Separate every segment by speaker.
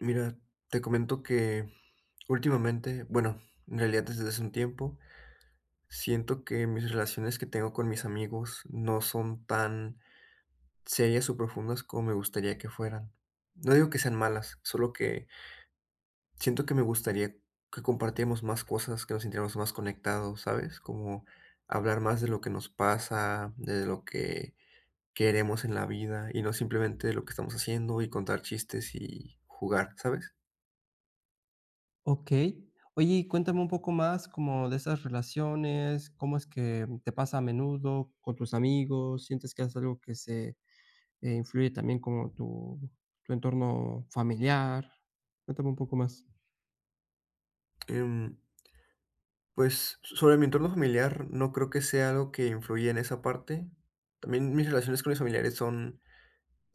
Speaker 1: Mira, te comento que últimamente, bueno, en realidad desde hace un tiempo, siento que mis relaciones que tengo con mis amigos no son tan serias o profundas como me gustaría que fueran. No digo que sean malas, solo que siento que me gustaría que compartiéramos más cosas, que nos sintiéramos más conectados, ¿sabes? Como hablar más de lo que nos pasa, de lo que queremos en la vida y no simplemente de lo que estamos haciendo y contar chistes y jugar, ¿sabes?
Speaker 2: Okey. Oye, y cuéntame un poco más como de esas relaciones, ¿cómo es que te pasa a menudo con tus amigos? ¿Sientes que es algo que influye también como tu entorno familiar? Cuéntame un poco más.
Speaker 1: Em, Pues, sobre mi entorno familiar, no creo que sea algo que influya en esa parte. También mis relaciones con mis familiares son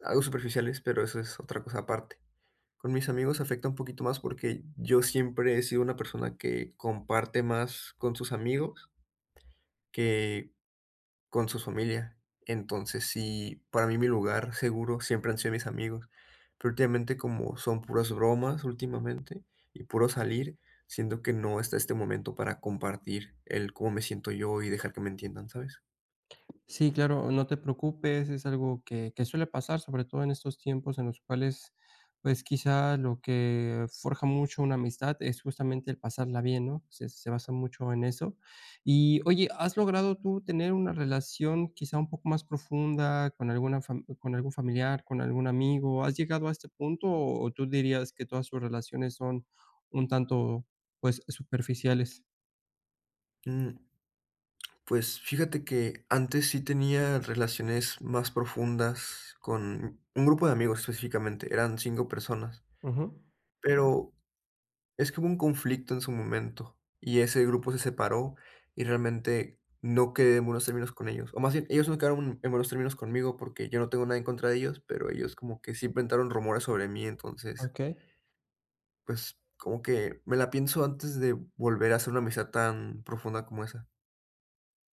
Speaker 1: algo superficiales, pero eso es otra cosa aparte. Con mis amigos afecta un poquito más porque yo siempre he sido una persona que comparte más con sus amigos que con su familia. Entonces, sí, para mí mi lugar seguro siempre han sido mis amigos. Pero últimamente, como son puras bromas últimamente y puro salir, siento que no está este momento para compartir el cómo me siento yo y dejar que me entiendan, ¿sabes?
Speaker 2: Sí, claro, no te preocupes, es algo que suele pasar, sobre todo en estos tiempos en los cuales, pues quizá lo que forja mucho una amistad es justamente el pasarla bien, ¿no? Se basa mucho en eso. Y oye, ¿has logrado tú tener una relación quizá un poco más profunda con con algún familiar, con algún amigo? ¿Has llegado a este punto o tú dirías que todas sus relaciones son un tanto, pues, superficiales?
Speaker 1: Mm, pues fíjate que antes sí tenía relaciones más profundas con un grupo de amigos específicamente, eran 5 personas,
Speaker 2: Ujú.
Speaker 1: pero es que hubo un conflicto en su momento y ese grupo se separó y realmente no quedé en buenos términos con ellos. O más bien, ellos no quedaron en buenos términos conmigo porque yo no tengo nada en contra de ellos, pero ellos como que sí inventaron rumores sobre mí, entonces,
Speaker 2: Ok.
Speaker 1: pues como que me la pienso antes de volver a hacer una amistad tan profunda como esa.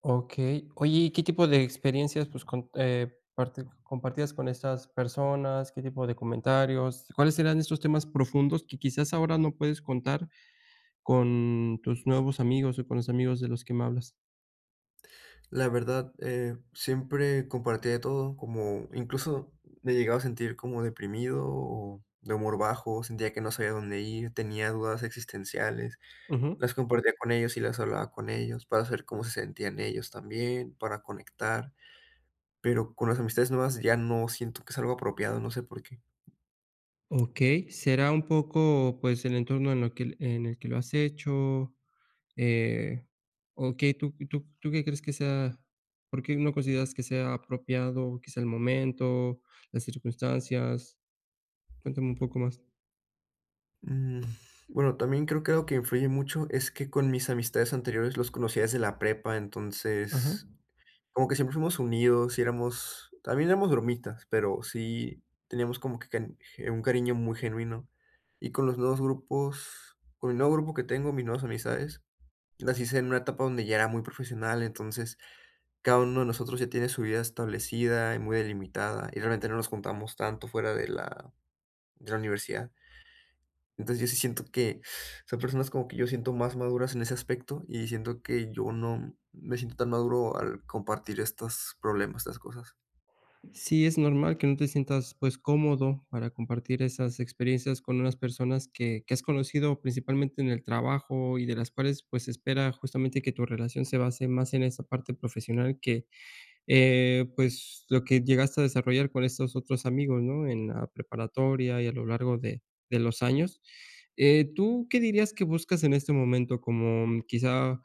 Speaker 2: Okey. Oye, ¿y qué tipo de experiencias, pues, con parte compartías con estas personas? ¿Qué tipo de comentarios? ¿Cuáles eran estos temas profundos que quizás ahora no puedes contar con tus nuevos amigos o con los amigos de los que me hablas?
Speaker 1: La verdad, siempre compartía de todo, como incluso me llegaba a sentir como deprimido o de humor bajo, sentía que no sabía dónde ir, tenía dudas existenciales.
Speaker 2: Ujú.
Speaker 1: Las compartía con ellos y las hablaba con ellos para saber cómo se sentían ellos también, para conectar, pero con las amistades nuevas ya no siento que es algo apropiado, no sé por qué.
Speaker 2: Okey. ¿Será un poco, pues, el entorno en lo que en el que lo has hecho? Eh, okey, ¿tú qué crees que sea? ¿Por qué no consideras que sea apropiado, quizá el momento, las circunstancias? Cuéntame un poco más.
Speaker 1: Mm, bueno, también creo que algo que influye mucho es que con mis amistades anteriores los conocía desde la prepa,
Speaker 2: Ajá.
Speaker 1: entonces como que siempre fuimos unidos y éramos, también éramos bromitas, pero sí teníamos como que un cariño muy genuino. Y con los nuevos grupos, con el nuevo grupo que tengo, mis nuevas amistades, las hice en una etapa donde ya era muy profesional, entonces cada uno de nosotros ya tiene su vida establecida y muy delimitada, y realmente no nos juntamos tanto fuera de la universidad. Entonces, yo sí siento que son personas como que yo siento más maduras en ese aspecto, y siento que yo no me siento tan maduro al compartir estos problemas, estas cosas.
Speaker 2: Sí, es normal que no te sientas, pues, cómodo para compartir esas experiencias con unas personas que has conocido principalmente en el trabajo y de las cuales, pues, se espera justamente que tu relación se base más en esa parte profesional que, pues, lo que llegaste a desarrollar con estos otros amigos, ¿no? En la preparatoria y a lo largo de los años. ¿Tú qué dirías que buscas en este momento? Como quizá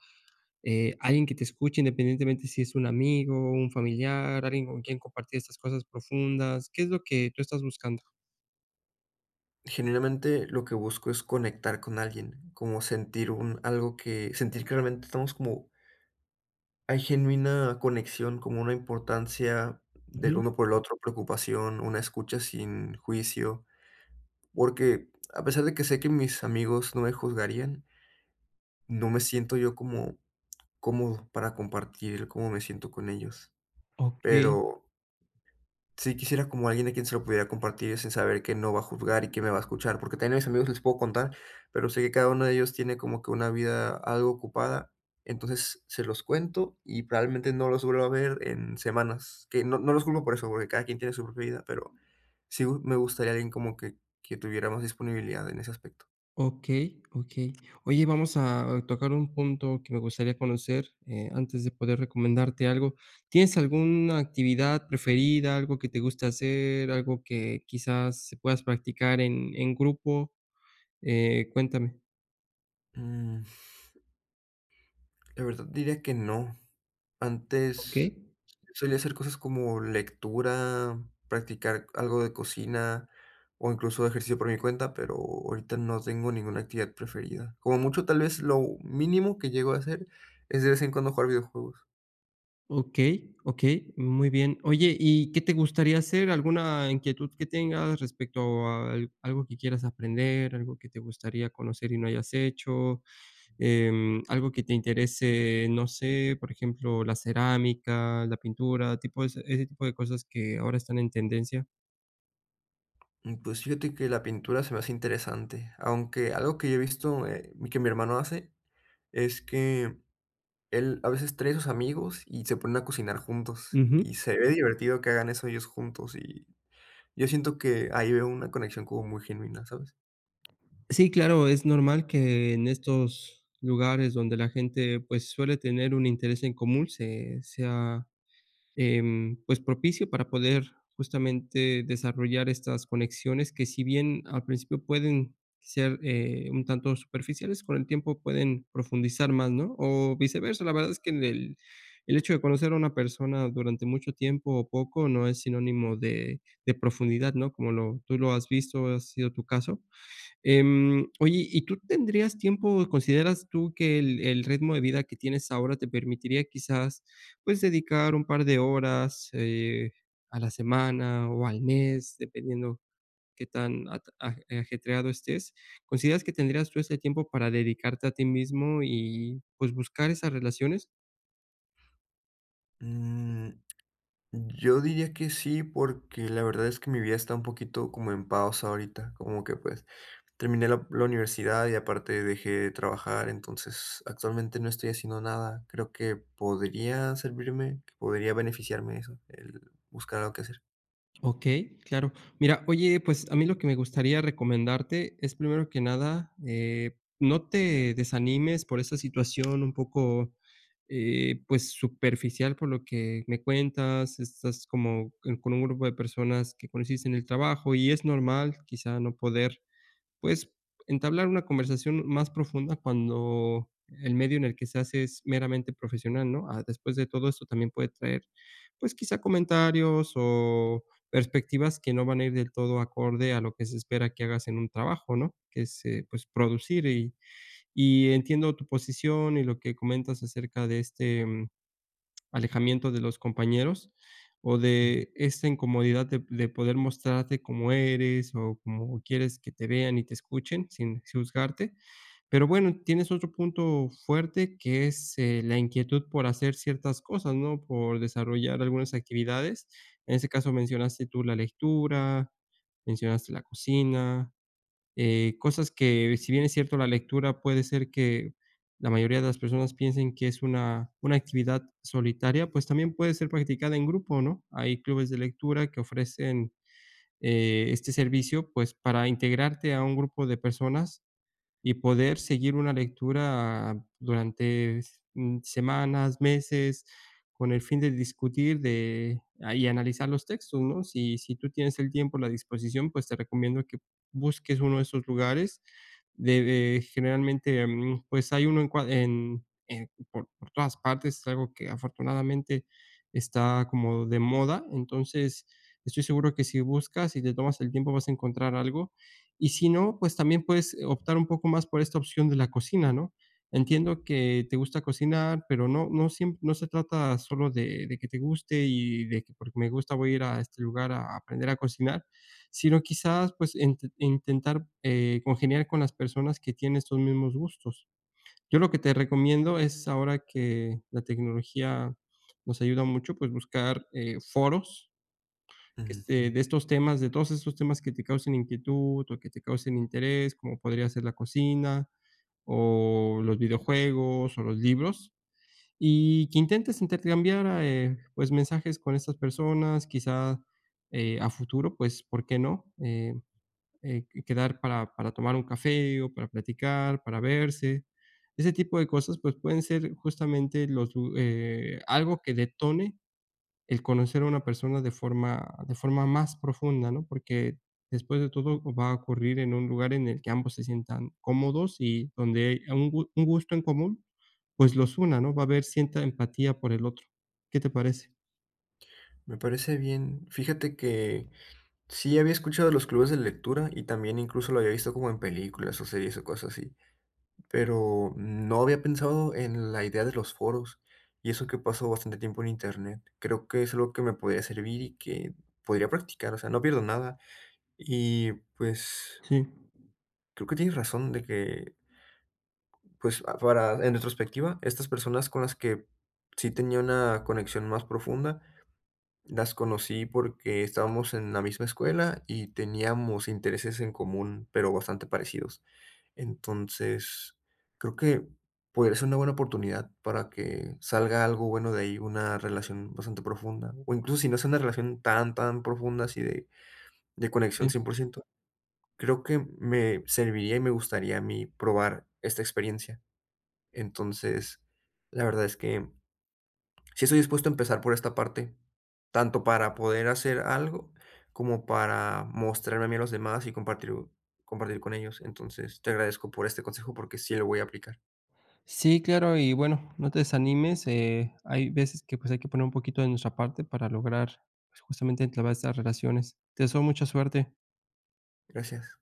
Speaker 2: alguien que te escuche, independientemente si es un amigo, un familiar, alguien con quien compartir estas cosas profundas. ¿Qué es lo que tú estás buscando?
Speaker 1: Generalmente lo que busco es conectar con alguien, como sentir un algo que sentir que realmente estamos como hay genuina conexión, como una importancia del
Speaker 2: Ujú.
Speaker 1: uno por el otro, preocupación, una escucha sin juicio, porque a pesar de que sé que mis amigos no me juzgarían, no me siento yo como cómodo para compartir cómo me siento con ellos,
Speaker 2: Okey,
Speaker 1: pero sí, quisiera como alguien a quien se lo pudiera compartir sin saber que no va a juzgar y que me va a escuchar, porque también a mis amigos les puedo contar, pero sé que cada uno de ellos tiene como que una vida algo ocupada, entonces se los cuento y probablemente no los vuelva a ver en semanas, que no, no los culpo por eso, porque cada quien tiene su propia vida, pero me gustaría alguien como que tuviera más disponibilidad en ese aspecto.
Speaker 2: okey, okey. Oye, vamos a tocar un punto que me gustaría conocer, antes de poder recomendarte algo. ¿Tienes alguna actividad preferida, algo que te guste hacer, algo que quizás se puedas practicar en grupo? Cuéntame.
Speaker 1: Mm, la verdad diría que no.
Speaker 2: Okey.
Speaker 1: Antes solía hacer cosas como lectura, practicar algo de cocina o incluso ejercicio por mi cuenta, pero ahorita no tengo ninguna actividad preferida. Como mucho, tal vez lo mínimo que llego a hacer es de vez en cuando jugar videojuegos.
Speaker 2: Okey, okey, muy bien. Oye, ¿y qué te gustaría hacer? ¿Alguna inquietud que tengas respecto a al algo que quieras aprender, algo que te gustaría conocer y no hayas hecho? Algo que te interese, no sé, por ejemplo, la cerámica, la pintura, tipo ese tipo de cosas que ahora están en tendencia.
Speaker 1: Mm, pues fíjate que la pintura se me hace interesante, aunque algo que yo he visto que mi hermano hace es que él a veces trae a sus amigos y se ponen a cocinar juntos
Speaker 2: Ujú.
Speaker 1: y se ve divertido que hagan eso ellos juntos y yo siento que ahí veo una conexión como muy genuina, ¿sabes?
Speaker 2: Sí, claro, es normal que en estos lugares donde la gente, pues, suele tener un interés en común, se sea pues, propicio para poder justamente desarrollar estas conexiones que si bien al principio pueden ser, un tanto superficiales, con el tiempo pueden profundizar más, ¿no? O viceversa, la verdad es que el hecho de conocer a una persona durante mucho tiempo o poco no es sinónimo de profundidad, ¿no? Como lo tú lo has visto, ha sido tu caso. Oye, ¿y tú tendrías tiempo, consideras tú que el ritmo de vida que tienes ahora te permitiría quizás, pues, dedicar un par de horas, a la semana o al mes, dependiendo qué tan at aj ajetreado estés? ¿Consideras que tendrías tú ese tiempo para dedicarte a ti mismo y, pues, buscar esas relaciones?
Speaker 1: Mm, yo diría que sí, porque la verdad es que mi vida está un poquito como en pausa ahorita, como que pues terminé la universidad y aparte dejé de trabajar, entonces actualmente no estoy haciendo nada. Creo que podría servirme, que podría beneficiarme eso, el buscar algo que hacer.
Speaker 2: Okey, claro. Mira, oye, pues, a mí lo que me gustaría recomendarte es, primero que nada, no te desanimes por esa situación un poco, pues, superficial, por lo que me cuentas. Estás como en con un grupo de personas que conociste en el trabajo, y es normal, quizá, no poder pues, entablar una conversación más profunda cuando el medio en el que se hace es meramente profesional, ¿no? Ah, después de todo esto también puede traer, pues, quizá comentarios o perspectivas que no van a ir del todo acorde a lo que se espera que hagas en un trabajo, ¿no? Que es, pues, producir y entiendo tu posición y lo que comentas acerca de este alejamiento de los compañeros o
Speaker 1: Ujú,
Speaker 2: de esta incomodidad de poder mostrarte como eres o como quieres que te vean y te escuchen sin juzgarte. Pero bueno, tienes otro punto fuerte que es la inquietud por hacer ciertas cosas, ¿no? Por desarrollar algunas actividades. En ese caso mencionaste tú la lectura, mencionaste la cocina, cosas que, si bien es cierto, la lectura puede ser que la mayoría de las personas piensen que es una actividad solitaria, pues también puede ser practicada en grupo, ¿no? Hay clubes de lectura que ofrecen, este servicio, pues, para integrarte a un grupo de personas y poder seguir una lectura durante semanas, meses, con el fin de discutir y analizar los textos, ¿no? Si tú tienes el tiempo, la disposición, pues, te recomiendo que busques uno de esos lugares. De generalmente, pues, hay uno en cua en por todas partes, es algo que afortunadamente está como de moda. Entonces, estoy seguro que si buscas y te tomas el tiempo, vas a encontrar algo y si no, pues también puedes optar un poco más por esta opción de la cocina, ¿no? Entiendo que te gusta cocinar, pero no siempre no se trata solo de que te guste y de que porque me gusta voy a ir a este lugar a aprender a cocinar, sino quizás, pues, intentar, congeniar con las personas que tienen estos mismos gustos. Yo lo que te recomiendo es ahora que la tecnología nos ayuda mucho, pues buscar, foros
Speaker 1: ujú.
Speaker 2: de estos temas, de todos estos temas que te causen inquietud o que te causen interés, como podría ser la cocina o los videojuegos o los libros, y que intentes intercambiar, pues, mensajes con estas personas, quizá, a futuro, pues, ¿por qué no? Quedar para tomar un café o para platicar, para verse. Ese tipo de cosas, pues, pueden ser justamente los lu algo que detone el conocer a una persona de forma más profunda, ¿no? Porque después de todo va a ocurrir en un lugar en el que ambos se sientan cómodos y donde hay un gusto en común, pues los una, ¿no? Va a haber cierta empatía por el otro. ¿Qué te parece?
Speaker 1: Me parece bien. Fíjate que sí había escuchado de los clubes de lectura y también incluso lo había visto como en películas o series o cosas así. Pero no había pensado en la idea de los foros, y eso que paso bastante tiempo en internet. Creo que es algo que me podría servir y que podría practicar, o sea, no pierdo nada. Y pues
Speaker 2: Sí,
Speaker 1: creo que tienes razón de que, pues, para, en retrospectiva, estas personas con las que sí tenía una conexión más profunda, las conocí porque estábamos en la misma escuela y teníamos intereses en común, pero bastante parecidos. Entonces, creo que podría ser una buena oportunidad para que salga algo bueno de ahí, una relación bastante profunda, o incluso si no es una relación tan, tan profunda, así de conexión
Speaker 2: sí.
Speaker 1: 100%, creo que me serviría y me gustaría a mí probar esta experiencia. Entonces, la verdad es que sí estoy dispuesto a empezar por esta parte, tanto para poder hacer algo como para mostrarme a mí a los demás y compartir, compartir con ellos. Entonces, te agradezco por este consejo porque sí lo voy a aplicar.
Speaker 2: Sí, claro, y bueno, no te desanimes, hay veces que, pues, hay que poner un poquito de nuestra parte para lograr, pues, justamente entablar estas relaciones. Te deseo mucha suerte.
Speaker 1: Gracias.